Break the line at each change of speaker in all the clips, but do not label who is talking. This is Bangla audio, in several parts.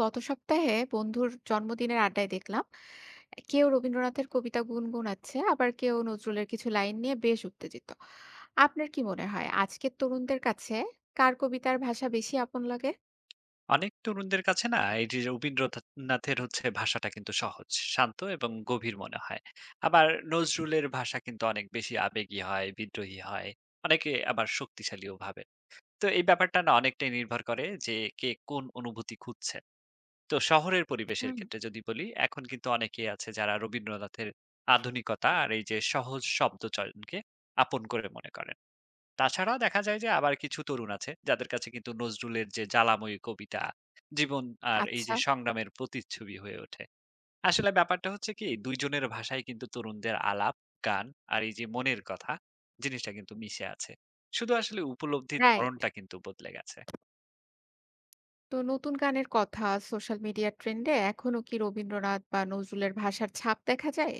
গত সপ্তাহে বন্ধুর জন্মদিনের আড্ডায় দেখলাম কেউ রবীন্দ্রনাথের কবিতা গুনগুনাচ্ছে, আবার কেউ নজরুলের কিছু লাইন নিয়ে বেশ উত্তেজিত। আপনার কি মনে হয় আজকের তরুণদের কাছে কার কবিতার ভাষা বেশি আপন লাগে?
অনেক তরুণদের কাছে না এই যে রবীন্দ্রনাথের হচ্ছে ভাষাটা কিন্তু সহজ শান্ত এবং গভীর মনে হয়। আবার নজরুলের ভাষা কিন্তু অনেক বেশি আবেগী হয়, বিদ্রোহী হয়, অনেকে আবার শক্তিশালীও ভাবে। তো এই ব্যাপারটা না অনেকটাই নির্ভর করে যে কে কোন অনুভূতি খুঁজছে। তো শহরের পরিবেশের
হুম।
ক্ষেত্রে যদি বলি এখন কিন্তু অনেকেই আছে যারা রবীন্দ্রনাথের আধুনিকতা আর এই যে সহজ শব্দ চয়নকে আপন করে মনে করেন। তাছাড়া দেখা যায় যে আবার কিছু তরুণ আছে যাদের কাছে কিন্তু নজরুলের যে জ্বালাময়ী কবিতা, জীবন আর এই
আচ্ছা।
যে সংগ্রামের প্রতিচ্ছবি হয়ে ওঠে। আসলে ব্যাপারটা হচ্ছে কি ২ জনের ভাষায় কিন্তু তরুণদের আলাপ, গান আর এই যে মনের কথা জিনিসটা কিন্তু মিশে আছে। শুধু আসলে উপলব্ধির
রাইট।
ধরনটা কিন্তু বদলে গেছে।
তো নতুন গানের কথা, সোশ্যাল মিডিয়া ট্রেন্ডে এখনো কি রবীন্দ্রনাথ বা নজরুলের ভাষার ছাপ দেখা যায়?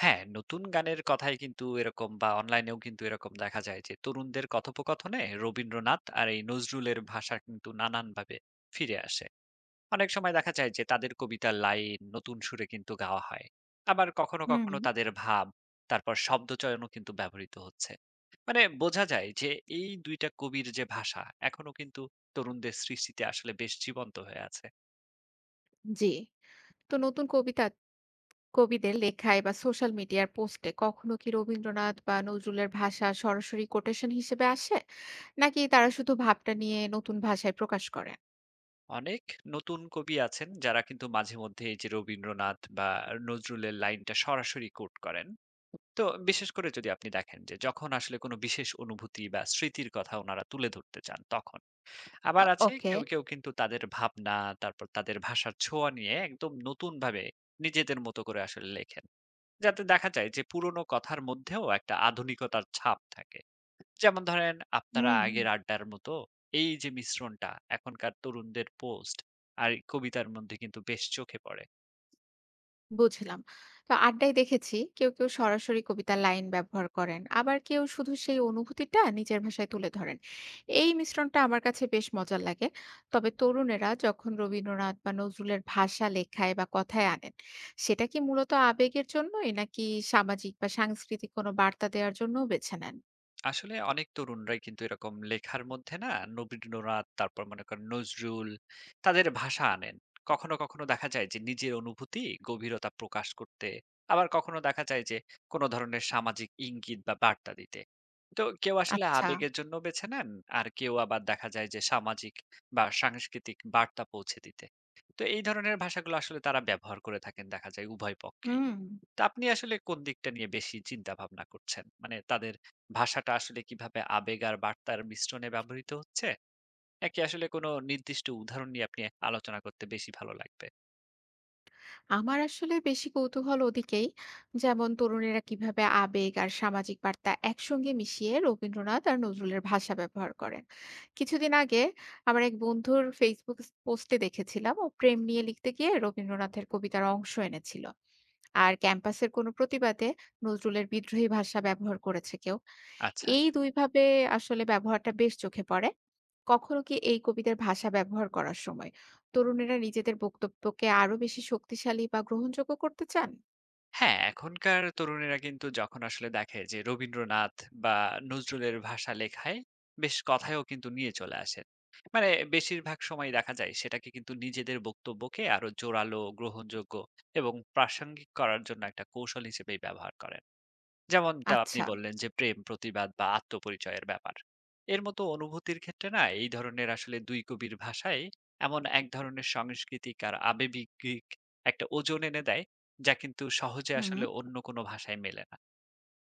হ্যাঁ, নতুন গানের কথাই কিন্তু এরকম বা অনলাইনেও কিন্তু এরকম দেখা যায় যে তরুণদের কথোপকথনে রবীন্দ্রনাথ আর এই নজরুলের ভাষা কিন্তু নানানভাবে ফিরে আসে। অনেক সময় দেখা যায় যে তাদের কবিতার লাইন নতুন সুরে কিন্তু গাওয়া হয়, আবার কখনো
হুম।
কখনো তাদের ভাব তারপর শব্দচয়নও কিন্তু ব্যবহৃত হচ্ছে। মানে বোঝা যায় যে এই দুইটা কবির যে ভাষা এখনো কিন্তু তরুণদের সৃষ্টিতে আসলে বেশ জীবন্ত হয়ে আছে।
জি। তো নতুন কবিতা, কবিদের লেখায় বা সোশ্যাল মিডিয়ার পোস্টে কখনো কি রবীন্দ্রনাথ বা নজরুলের ভাষা সরাসরি কোটেশন হিসেবে আসে, নাকি তারা শুধু ভাবটা নিয়ে নতুন ভাষায় প্রকাশ করেন?
অনেক নতুন কবি আছেন যারা কিন্তু মাঝে মধ্যে এই যে রবীন্দ্রনাথ বা নজরুলের লাইনটা সরাসরি কোট করেন। তো বিশেষ করে যদি আপনি দেখেন যে যখন আসলে কোনো বিশেষ অনুভূতি বা স্মৃতির কথা ওনারা তুলে ধরতে চান তখন আবার আছে
ওকে।
কেউ, কেউ কিন্তু তাদের ভাবনা, তারপর তাদের ভাষার ছোঁয়া নিয়ে একদম নতুনভাবে নিজেদের মতো করে আসলে লেখেন। যাতে দেখা যায় যে পুরনো কথার মধ্যেও একটা আধুনিকতার ছাপ থাকে। যেমন ধরেন আপনারা
হুম।
আগের আড্ডার মতো এই যে মিশ্রণটা এখনকার তরুণদের পোস্ট আর কবিতার মধ্যে কিন্তু বেশ চোখে পড়ে।
বুঝলাম। তো আড্ডায় দেখেছি কেউ, কেউ সরাসরি কবিতার লাইন ব্যবহার করেন। আবার কেউ শুধু সেই অনুভূতিটা নিজের ভাষায় তুলে ধরেন। এই মিশ্রণটা আমার কাছে বেশ মজার লাগে। তবে তরুণেরা যখন রবীন্দ্রনাথ বা নজরুলের ভাষা লেখায় বা কথায় আনেন, সেটা কি মূলত আবেগের জন্যই, নাকি সামাজিক বা সাংস্কৃতিক কোনো বার্তা দেওয়ার জন্যও বেছে নেন?
আসলে অনেক তরুণরাই কিন্তু এরকম লেখার মধ্যে না রবীন্দ্রনাথ তারপর মনে করেন নজরুল তাদের ভাষা আনেন। কখনো কখনো দেখা যায় যে নিজের অনুভূতি গভীরতা প্রকাশ করতে, আবার কখনো দেখা যায় যে কোনো ধরনের সামাজিক ইঙ্গিত বা বার্তা দিতে। তো কেউ আসলে
আচ্ছা।
আবেগের জন্য বেছে নেন, আর কেউ আবার দেখা যায় যে সামাজিক বা সাংস্কৃতিক বার্তা পৌঁছে দিতে। তো এই ধরনের ভাষাগুলো আসলে তারা ব্যবহার করে থাকেন দেখা যায় উভয় পক্ষে।
হুম।
তা আপনি আসলে কোন দিকটা নিয়ে বেশি চিন্তা ভাবনা করছেন? মানে তাদের ভাষাটা আসলে কিভাবে আবেগ আর বার্তার মিশ্রণে ব্যবহৃত হচ্ছে? নাকি আসলে কোনো নির্দিষ্ট উদাহরণ নিয়ে আপনি আলোচনা করতে বেশি ভালো লাগবে?
আমার আসলে বেশি কৌতূহল ওদিকেই, যেমন তরুণেরা কিভাবে আবেগ আর সামাজিক বার্তা একসঙ্গে মিশিয়ে রবীন্দ্রনাথ আর নজরুলের ভাষা ব্যবহার করেন। কিছুদিন আগে আমার এক বন্ধুর ফেসবুক পোস্টে দেখেছিলাম ও প্রেম নিয়ে লিখতে গিয়ে রবীন্দ্রনাথের কবিতার অংশ এনেছিল, আর ক্যাম্পাসের কোনো প্রতিবাদে নজরুলের বিদ্রোহী ভাষা ব্যবহার করেছে কেউ।
আচ্ছা।
এই ২ ভাবে আসলে ব্যবহারটা বেশ চোখে পড়ে। কখনো কি এই কবিদের ভাষা ব্যবহার করার সময় তরুণেরা নিজেদের বক্তব্যকে আরো বেশি শক্তিশালী বা গ্রহণযোগ্য করতে চান?
হ্যাঁ, এখনকার তরুণেরা কিন্তু যখন আসলে দেখে যে রবীন্দ্রনাথ বা নজরুলের ভাষা লেখায় বেশ কথায়ও কিন্তু নিয়ে চলে আসেন। মানে বেশিরভাগ সময় দেখা যায় সেটাকে কিন্তু নিজেদের বক্তব্যকে আরো জোরালো, গ্রহণযোগ্য এবং প্রাসঙ্গিক করার জন্য একটা কৌশল হিসেবেই ব্যবহার করেন। যেমনটা আপনি
আচ্ছা।
বললেন যে প্রেম, প্রতিবাদ বা আত্মপরিচয়ের ব্যাপার। এর মতো অনুভূতির ক্ষেত্রে না এই ধরনের আসলে ২ কবির ভাষায় এমন এক ধরনের সাংস্কৃতিক আর আবেগিক একটা ওজন এনে দেয়, যা কিন্তু সহজে আসলে
হুম।
অন্য কোনো ভাষায় মেলে না।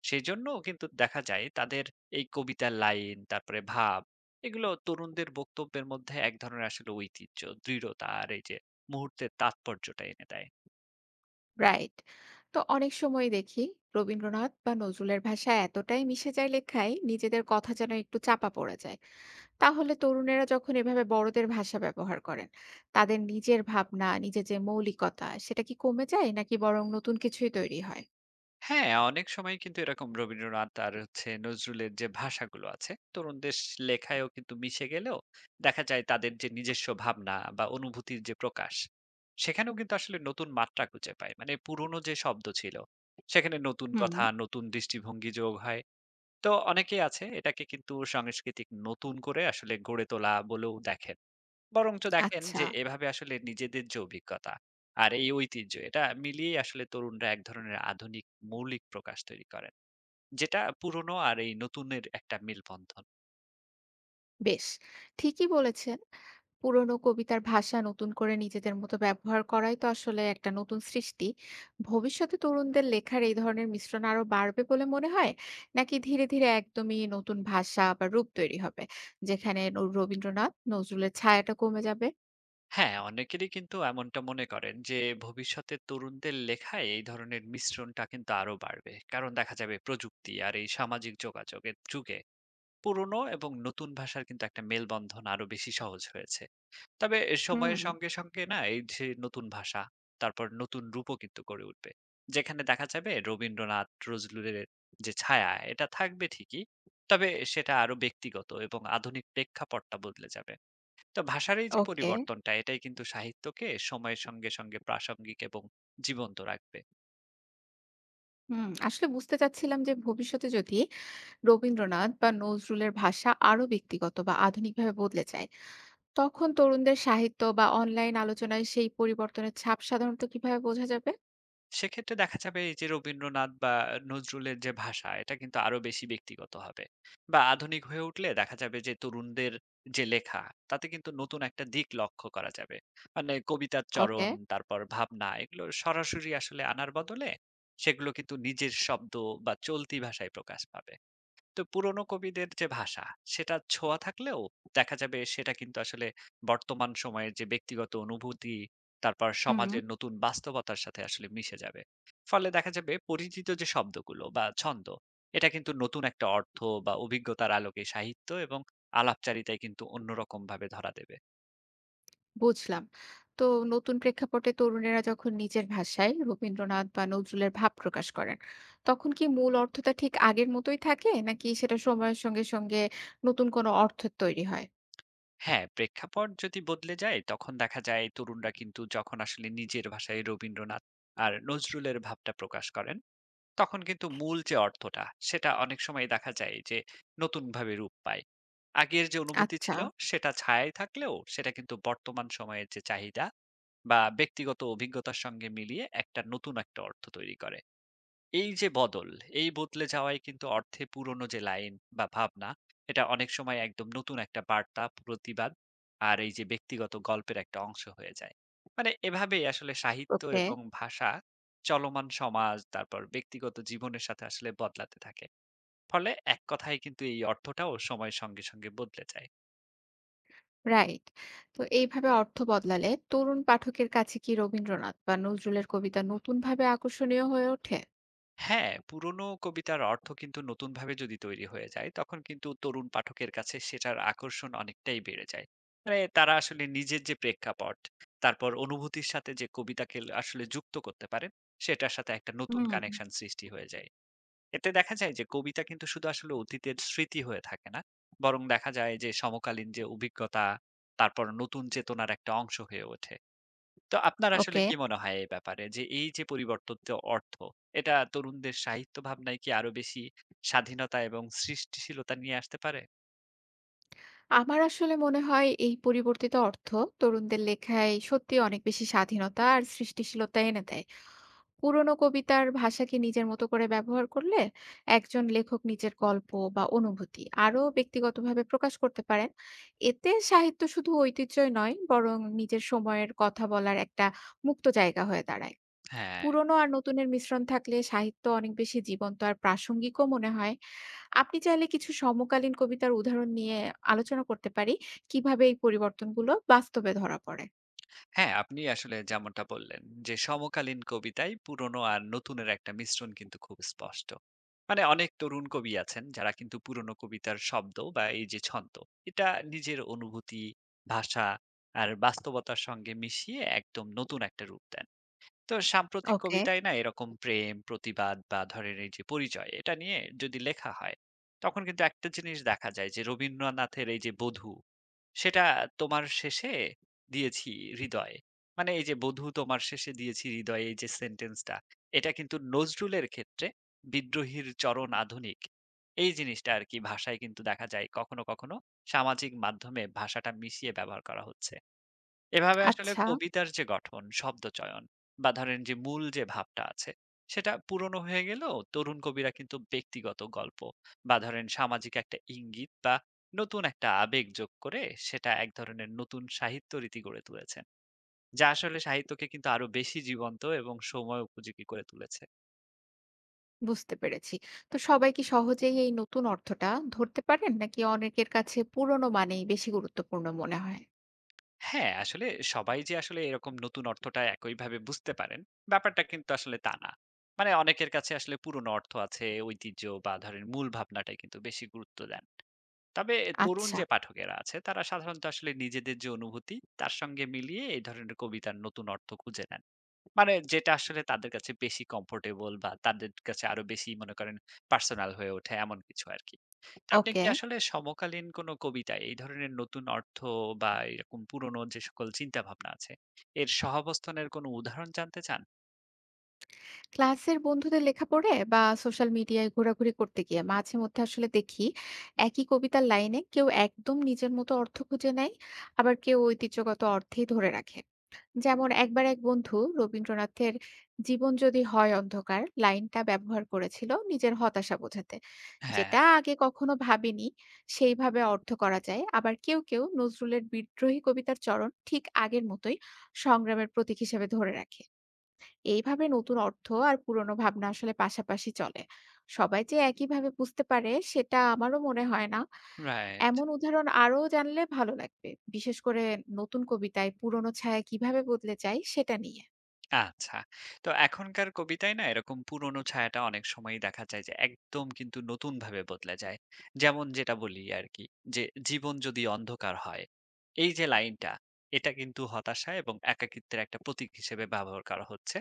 সেজন্য কিন্তু দেখা যায় তাদের এই কবিতার লাইন, তারপরে ভাব এগুলো তরুণদের বক্তব্যের মধ্যে এক ধরনের আসলে ঐতিহ্য, দৃঢ়তা আর এই যে মুহূর্তের তাৎপর্যটা এনে দেয়।
রাইট। তো অনেক সময় দেখি রবীন্দ্রনাথ বা নজরুলের ভাষা এতটাই মিশে যায় লেখায়, নিজেদের কথা যেন একটু চাপা পড়ে যায়। তাহলে তরুণেরা যখন এভাবে বড়দের ভাষা ব্যবহার করেন, তাদের নিজের ভাবনা, নিজের যে মৌলিকতা, সেটা কি কমে যায় নাকি বরং নতুন কিছুই তৈরি হয়?
হ্যাঁ, অনেক সময় কিন্তু এরকম রবীন্দ্রনাথ আর হচ্ছে নজরুলের যে ভাষাগুলো আছে, তরুণদের লেখায়ও কিন্তু মিশে গেলেও দেখা যায় তাদের যে নিজস্ব ভাবনা বা অনুভূতির যে প্রকাশ, সেখানেও কিন্তু আসলে নতুন মাত্রা খুঁজে পায়। মানে পুরনো যে শব্দ ছিল, সেখানে নতুন
হুম।
কথা, নতুন দৃষ্টিভঙ্গি যোগ হয়। তো অনেকেই আছে এটাকে কিন্তু সাংস্কৃতিক নতুন করে আসলে গড়ে তোলা বলেও দেখেন। বরঞ্চ দেখেন
আচ্ছা।
যে এভাবে আসলে নিজেদের যে অভিজ্ঞতা আর এই ঐতিহ্য এটা মিলিয়ে আসলে তরুণরা এক ধরনের আধুনিক মৌলিক প্রকাশ তৈরি করেন, যেটা পুরনো আর এই নতুনের একটা মিলবন্ধন।
বেশ। ঠিকই বলেছেন। পুরনো কবিতার ভাষা নতুন করে নিজেদের মতো ব্যবহার করাই তো আসলে একটা নতুন সৃষ্টি। ভবিষ্যতে তরুণদের লেখার এই ধরনের মিশ্রণ আরো বাড়বে বলে মনে হয়? নাকি ধীরে ধীরে একদমই নতুন ভাষা বা রূপ তৈরি হবে, যেখানে রবীন্দ্রনাথ, নজরুলের ছায়াটা কমে যাবে?
হ্যাঁ অনেকেরই কিন্তু এমনটা মনে করেন যে ভবিষ্যতে তরুণদের লেখায় এই ধরনের মিশ্রণটা কিন্তু আরো বাড়বে, কারণ দেখা যাবে প্রযুক্তি আর এই সামাজিক যোগাযোগের যুগে পুরনো এবং নতুন ভাষার কিন্তু একটা মেলবন্ধন আরো বেশি সহজ হয়েছে। তবে
হুম।
সময়ের সঙ্গে, সঙ্গে না এই যে নতুন ভাষা, তারপর নতুন রূপও কিন্তু গড়ে উঠবে। যেখানে দেখা যাবে রবীন্দ্রনাথ, নজরুলের যে ছায়া এটা থাকবে ঠিকই। তবে সেটা আরো ব্যক্তিগত এবং আধুনিক প্রেক্ষাপটটা বদলে যাবে। তো ভাষার এই যে
ওকে।
পরিবর্তনটা এটাই কিন্তু সাহিত্যকে সময়ের সঙ্গে, সঙ্গে প্রাসঙ্গিক এবং জীবন্ত রাখবে।
হুম, আসলে বুঝতে চাচ্ছিলাম যে ভবিষ্যতে যদি রবীন্দ্রনাথ বা নজরুলের ভাষা আরো ব্যক্তিগত বা আধুনিকভাবে বদলে যায়, তখন তরুণদের সাহিত্য বা অনলাইন আলোচনায় সেই পরিবর্তনের ছাপ সাধারণত কিভাবে বোঝা যাবে?
সেক্ষেত্রে দেখা যাবে এই যে রবীন্দ্রনাথ বা নজরুলের যে ভাষা এটা কিন্তু আরো বেশি ব্যক্তিগত হবে বা আধুনিক হয়ে উঠলে দেখা যাবে যে তরুণদের যে লেখা তাতে কিন্তু নতুন একটা দিক লক্ষ্য করা যাবে। মানে কবিতার
ওকে।
চরণ তারপর ভাবনা এগুলো সরাসরি আসলে আনার বদলে সেগুলো কিন্তু নিজের শব্দ বা চলতি ভাষায় প্রকাশ পাবে। তো পুরোনো কবিদের যে ভাষা সেটা ছোঁয়া থাকলেও দেখা যাবে সেটা কিন্তু আসলে বর্তমান সময়ের যে ব্যক্তিগত অনুভূতি তারপর
হুম।
সমাজের নতুন বাস্তবতার সাথে আসলে মিশে যাবে। ফলে দেখা যাবে পরিচিত যে শব্দগুলো বা ছন্দ এটা কিন্তু নতুন একটা অর্থ বা অভিজ্ঞতার আলোকে সাহিত্য এবং আলাপচারিতায় কিন্তু অন্যরকম ভাবে ধরা দেবে।
বুঝলাম। তো নতুন প্রেক্ষাপটে তরুণেরা যখন নিজের ভাষায় রবীন্দ্রনাথ বা নজরুলের ভাব প্রকাশ করেন, তখন কি মূল অর্থটা ঠিক আগের মতোই থাকে, নাকি সেটা সময়ের সঙ্গে সঙ্গে নতুন কোনো অর্থ তৈরি হয়?
হ্যাঁ প্রেক্ষাপট যদি বদলে যায় তখন দেখা যায় তরুণরা কিন্তু যখন আসলে নিজের ভাষায় রবীন্দ্রনাথ আর নজরুলের ভাবটা প্রকাশ করেন তখন কিন্তু মূল যে অর্থটা সেটা অনেক সময় দেখা যায় যে নতুনভাবে রূপ পায়। আগের যে অনুভূতি
আচ্ছা।
ছিল সেটা ছায়ায় থাকলেও সেটা কিন্তু বর্তমান সময়ের যে চাহিদা বা ব্যক্তিগত অভিজ্ঞতার সঙ্গে মিলিয়ে একটা নতুন একটা অর্থ তৈরি করে। এই যে বদল, এই বদলে যাওয়ায় কিন্তু অর্থে পুরনো যে লাইন বা ভাবনা, এটা অনেক সময় একদম নতুন একটা বার্তা, প্রতিবাদ আর এই যে ব্যক্তিগত গল্পের একটা অংশ হয়ে যায়। মানে এভাবেই আসলে সাহিত্য
ওকে।
এবং ভাষা চলমান সমাজ, তারপর ব্যক্তিগত জীবনের সাথে আসলে বদলাতে থাকে। ফলে এক কথায় কিন্তু এই অর্থটাও সময়ের সঙ্গে, সঙ্গে বদলে যায়।
রাইট। তো এইভাবে অর্থ বদলালে তরুণ পাঠকের কাছে কি রবীন্দ্রনাথ বা নজরুলের কবিতা নতুনভাবে আকর্ষণীয় হয়ে ওঠে?
হ্যাঁ, পুরোনো কবিতার অর্থ কিন্তু নতুনভাবে যদি তৈরি হয়ে যায়, তখন কিন্তু তরুণ পাঠকের কাছে সেটার আকর্ষণ অনেকটাই বেড়ে যায়। মানে তারা আসলে নিজের যে প্রেক্ষাপট, তারপর অনুভূতির সাথে যে কবিতাকে আসলে যুক্ত করতে পারে, সেটার সাথে একটা নতুন
হুম।
কানেকশন সৃষ্টি হয়ে যায়। এতে দেখা যায় যে কবিতা কিন্তু শুধু আসলে অতীতের স্মৃতি হয়ে থাকে না, বরং দেখা যায় যে সমকালীন যে অভিজ্ঞতা, তারপর নতুন চেতনার একটা অংশ হয়ে ওঠে। তো আপনার আসলে
ওকে।
কি মনে হয় এই ব্যাপারে? যে এই যে পরিবর্তিত অর্থ, এটা তরুণদের সাহিত্য ভাবনায় কি আরো বেশি স্বাধীনতা এবং সৃষ্টিশীলতা নিয়ে আসতে পারে?
আমার আসলে মনে হয় এই পরিবর্তিত অর্থ তরুণদের লেখায় সত্যি অনেক বেশি স্বাধীনতা আর সৃষ্টিশীলতা এনে দেয়। পুরোনো কবিতার ভাষাকে নিজের মতো করে ব্যবহার করলে একজন লেখক নিজের গল্প বা অনুভূতি আরো ব্যক্তিগতভাবে প্রকাশ করতে পারেন। এতে সাহিত্য শুধু ঐতিহ্যই নয়, বরং নিজের সময়ের কথা বলার একটা মুক্ত জায়গা হয়ে দাঁড়ায়।
হ্যাঁ,
পুরোনো আর নতুনের মিশ্রণ থাকলে সাহিত্য অনেক বেশি জীবন্ত আর প্রাসঙ্গিকও মনে হয়। আপনি চাইলে কিছু সমকালীন কবিতার উদাহরণ নিয়ে আলোচনা করতে পারি, কিভাবে এই পরিবর্তনগুলো বাস্তবে ধরা পড়ে।
হ্যাঁ, আপনি আসলে যেমনটা বললেন যে সমকালীন কবিতায় পুরনো আর নতুনের একটা মিশ্রণ কিন্তু খুব স্পষ্ট। মানে অনেক তরুণ কবি আছেন যারা কিন্তু পুরনো কবিতার শব্দ বা এই যে ছন্দ, এটা নিজের অনুভূতি, ভাষা আর বাস্তবতার সঙ্গে মিশিয়ে একদম নতুন একটা রূপ দেন। তো সাম্প্রতিক
ওকে।
কবিতায় না এরকম প্রেম প্রতিবাদ বা ধরেন এই যে পরিচয় এটা নিয়ে যদি লেখা হয় তখন কিন্তু একটা জিনিস দেখা যায় যে রবীন্দ্রনাথের এই যে বধূ সেটা তোমার শেষে দিয়েছি হৃদয়, মানে এই যে বধূ তোমার শেষে দিয়েছি হৃদয় এই যে সেন্টেন্সটা এটা কিন্তু নজরুলের ক্ষেত্রে বিদ্রোহীর চরণ আধুনিক এই জিনিসটা আর কি ভাষায় কিন্তু দেখা যায় কখনো কখনো সামাজিক মাধ্যমে ভাষাটা মিশিয়ে ব্যবহার করা হচ্ছে। এভাবে আসলে
আচ্ছা,
কবিতার যে গঠন, শব্দচয়ন বা ধরেন যে মূল যে ভাবটা আছে, সেটা পুরনো হয়ে গেলেও তরুণ কবিরা কিন্তু ব্যক্তিগত গল্প বা ধরেন সামাজিক একটা ইঙ্গিত বা নতুন একটা আবেগ যোগ করে সেটা এক ধরনের নতুন সাহিত্য রীতি গড়ে তুলেছেন। যা আসলে সাহিত্যকে কিন্তু আরো বেশি জীবন্ত এবং সময় উপযোগী করে তুলেছে।
বুঝতে পেরেছি। তো সবাই কি সহজেই এই নতুন অর্থটা ধরতে পারেন, নাকি অনেকের কাছে পুরনো মানেই বেশি গুরুত্বপূর্ণ মনে হয়?
হ্যাঁ, আসলে সবাই যে আসলে এরকম নতুন অর্থটা একইভাবে বুঝতে পারেন, ব্যাপারটা কিন্তু আসলে তা না। মানে অনেকের কাছে আসলে পুরনো অর্থ আছে, ঐতিহ্য বা ধরেন মূল ভাবনাটাই কিন্তু বেশি গুরুত্ব দেন। তবে তরুণ
আচ্ছা।
যে পাঠকেরা আছে তারা সাধারণত আসলে নিজেদের যে অনুভূতি তার সঙ্গে মিলিয়ে এই ধরনের কবিতার নতুন অর্থ খুঁজে নেন। মানে যেটা আসলে তাদের কাছে বেশি কমফোর্টেবল বা তাদের কাছে আরো বেশি মনে করেন পার্সোনাল হয়ে ওঠে এমন কিছু আরকি। আপনি কি
ওকে।
আসলে সমকালীন কোনো কবিতায় এই ধরনের নতুন অর্থ বা এরকম পুরনো যে সকল চিন্তাভাবনা আছে, এর সহাবস্থানের কোনো উদাহরণ জানতে চান?
ক্লাসের বন্ধুদের লেখা পড়ে বা সোশ্যাল মিডিয়ায় ঘোরাঘুরি করতে গিয়ে মাঝে মধ্যে আসলে দেখি একই কবিতার লাইনে কেউ একদম নিজের মতো অর্থ খুঁজে নেয়, আবার কেউ ঐতিহ্যগত অর্থেই ধরে রাখে। যেমন একবার এক বন্ধু রবীন্দ্রনাথের "জীবন যদি হয় অন্ধকার" লাইনটা ব্যবহার করেছিল নিজের হতাশা বোঝাতে,
হ্যাঁ,
যেটা আগে কখনো ভাবেনি সেইভাবে অর্থ করা যায়। আবার কেউ কেউ নজরুলের বিদ্রোহী কবিতার চরণ ঠিক আগের মতোই সংগ্রামের প্রতীক হিসেবে ধরে রাখে। এইভাবে নতুন অর্থ আর পুরনো ভাবনা আসলে পাশাপাশি চলে। সবাই যে একইভাবে বুঝতে পারে, সেটা আমারও মনে হয় না।
রাইট।
এমন উদাহরণ আরও জানলে ভালো লাগবে। বিশেষ করে নতুন কবিতায় পুরনো ছায়া কিভাবে বদলে যায় সেটা নিয়ে।
আচ্ছা। তো এখনকার কবিতায় না এরকম পুরনো ছায়াটা অনেক সময়ই দেখা যায় যে একদম কিন্তু নতুনভাবে বদলে যায়। যেমন যেটা বলি আরকি যে, "জীবন যদি অন্ধকার হয়" এই যে লাইনটা, এটা কিন্তু হতাশা এবং একাকিত্বের একটা প্রতীক হিসেবে ব্যবহার করা হচ্ছে।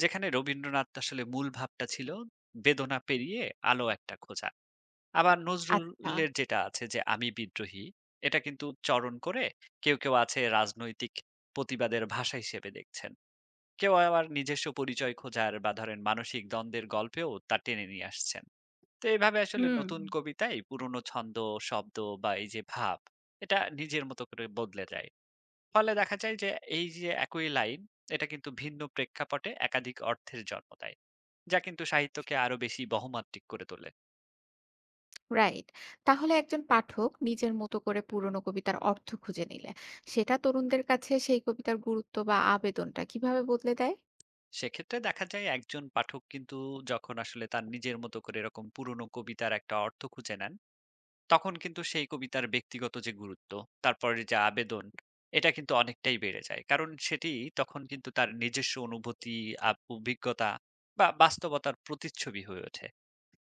যেখানে রবীন্দ্রনাথ আসলে মূল ভাবটা ছিল বেদনা পেরিয়ে আলো একটা খোঁজা। আবার
আচ্ছা।
নজরুলের যেটা আছে যে, "আমি বিদ্রোহী" এটা কিন্তু চরণ করে কেউ, কেউ আছে রাজনৈতিক প্রতিবাদের ভাষা হিসেবে দেখছেন। কেউ আবার নিজস্ব পরিচয় খোঁজার বা ধরেন মানসিক দ্বন্দ্বের গল্পেও তা টেনে নিয়ে আসছেন। তো এইভাবে আসলে
হুম।
নতুন কবিতায় পুরনো ছন্দ, শব্দ বা এই যে ভাব এটা নিজের মতো করে বদলে যায়। ফলে দেখা যায় যে এই যে একই লাইন এটা কিন্তু ভিন্ন প্রেক্ষাপটে একাধিক অর্থের জন্ম দেয়, যা কিন্তু সাহিত্যকে আরো বেশি বহমাত্রিক করে তোলে।
রাইট। তাহলে একজন পাঠক নিজের মতো করে পুরনো কবিতার অর্থ খুঁজে নিলে, সেটা তরুণদের কাছে সেই কবিতার গুরুত্ব বা আবেদনটা কিভাবে বদলে দেয়?
সেক্ষেত্রে দেখা যায় একজন পাঠক কিন্তু যখন আসলে তার নিজের মতো করে এরকম পুরনো কবিতার একটা অর্থ খুঁজে নেন তখন কিন্তু সেই কবিতার ব্যক্তিগত যে গুরুত্ব, তারপরে যে আবেদন, এটা কিন্তু অনেকটাই বেড়ে যায়। কারণ সেটি তখন কিন্তু তার নিজস্ব অনুভূতি, অভিজ্ঞতা বা বাস্তবতার প্রতিচ্ছবি হয়ে ওঠে।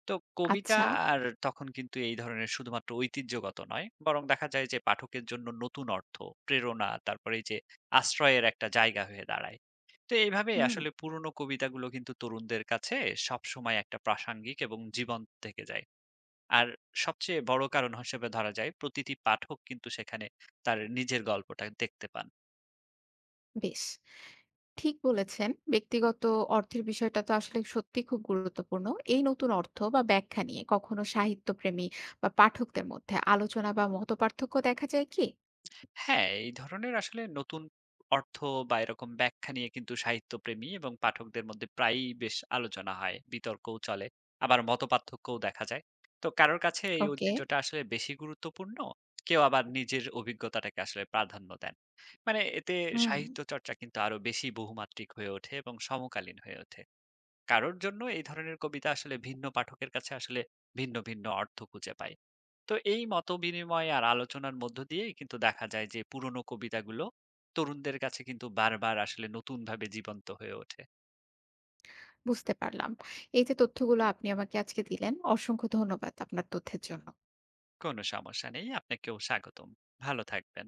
তো কবিতা
আচ্ছা।
আর তখন কিন্তু এই ধরনের শুধুমাত্র ঐতিহ্যগত নয়, বরং দেখা যায় যে পাঠকের জন্য নতুন অর্থ, প্রেরণা, তারপরে এই যে আশ্রয়ের একটা জায়গা হয়ে দাঁড়ায়। তো এইভাবে
হুম।
আসলে পুরনো কবিতাগুলো কিন্তু তরুণদের কাছে সবসময় একটা প্রাসঙ্গিক এবং জীবন্ত থেকে যায়। আর সবচেয়ে বড় কারণ হিসেবে ধরা যায় প্রতিটি পাঠক কিন্তু সেখানে তার নিজের গল্পটা দেখতে পান।
বেশ। ঠিক বলেছেন। ব্যক্তিগত অর্থের বিষয়টা তো আসলে সত্যি খুব গুরুত্বপূর্ণ। এই নতুন অর্থ বা ব্যাখ্যা নিয়ে কখনো সাহিত্যপ্রেমী বা পাঠকদের মধ্যে আলোচনা বা মতপার্থক্য দেখা যায় কি?
হ্যাঁ, এই ধরনের আসলে নতুন অর্থ বা এরকম ব্যাখ্যা নিয়ে কিন্তু সাহিত্যপ্রেমী এবং পাঠকদের মধ্যে প্রায়ই বেশ আলোচনা হয়, বিতর্কও চলে, আবার মতপার্থক্যও দেখা যায়। তো কারোর কাছে এই
ওকে।
ঐতিহ্যটা আসলে বেশি গুরুত্বপূর্ণ, কেউ আবার নিজের অভিজ্ঞতাটাকে আসলে প্রাধান্য দেন। মানে এতে
হুম।
সাহিত্য চর্চা কিন্তু আরো বেশি বহুমাত্রিক হয়ে ওঠে এবং সমকালীন হয়ে ওঠে। কারোর জন্য এই ধরনের কবিতা আসলে ভিন্ন পাঠকের কাছে আসলে ভিন্ন ভিন্ন অর্থ খুঁজে পায়। তো এই মতবিনিময় আর আলোচনার মধ্য দিয়েই কিন্তু দেখা যায় যে পুরনো কবিতাগুলো তরুণদের কাছে কিন্তু বারবার আসলে নতুনভাবে জীবন্ত হয়ে ওঠে।
বুঝতে পারলাম। এই যে তথ্যগুলো আপনি আমাকে আজকে দিলেন, অসংখ্য ধন্যবাদ আপনার তথ্যের জন্য।
কোনো সমস্যা নেই। আপনাকেও স্বাগতম। ভালো থাকবেন।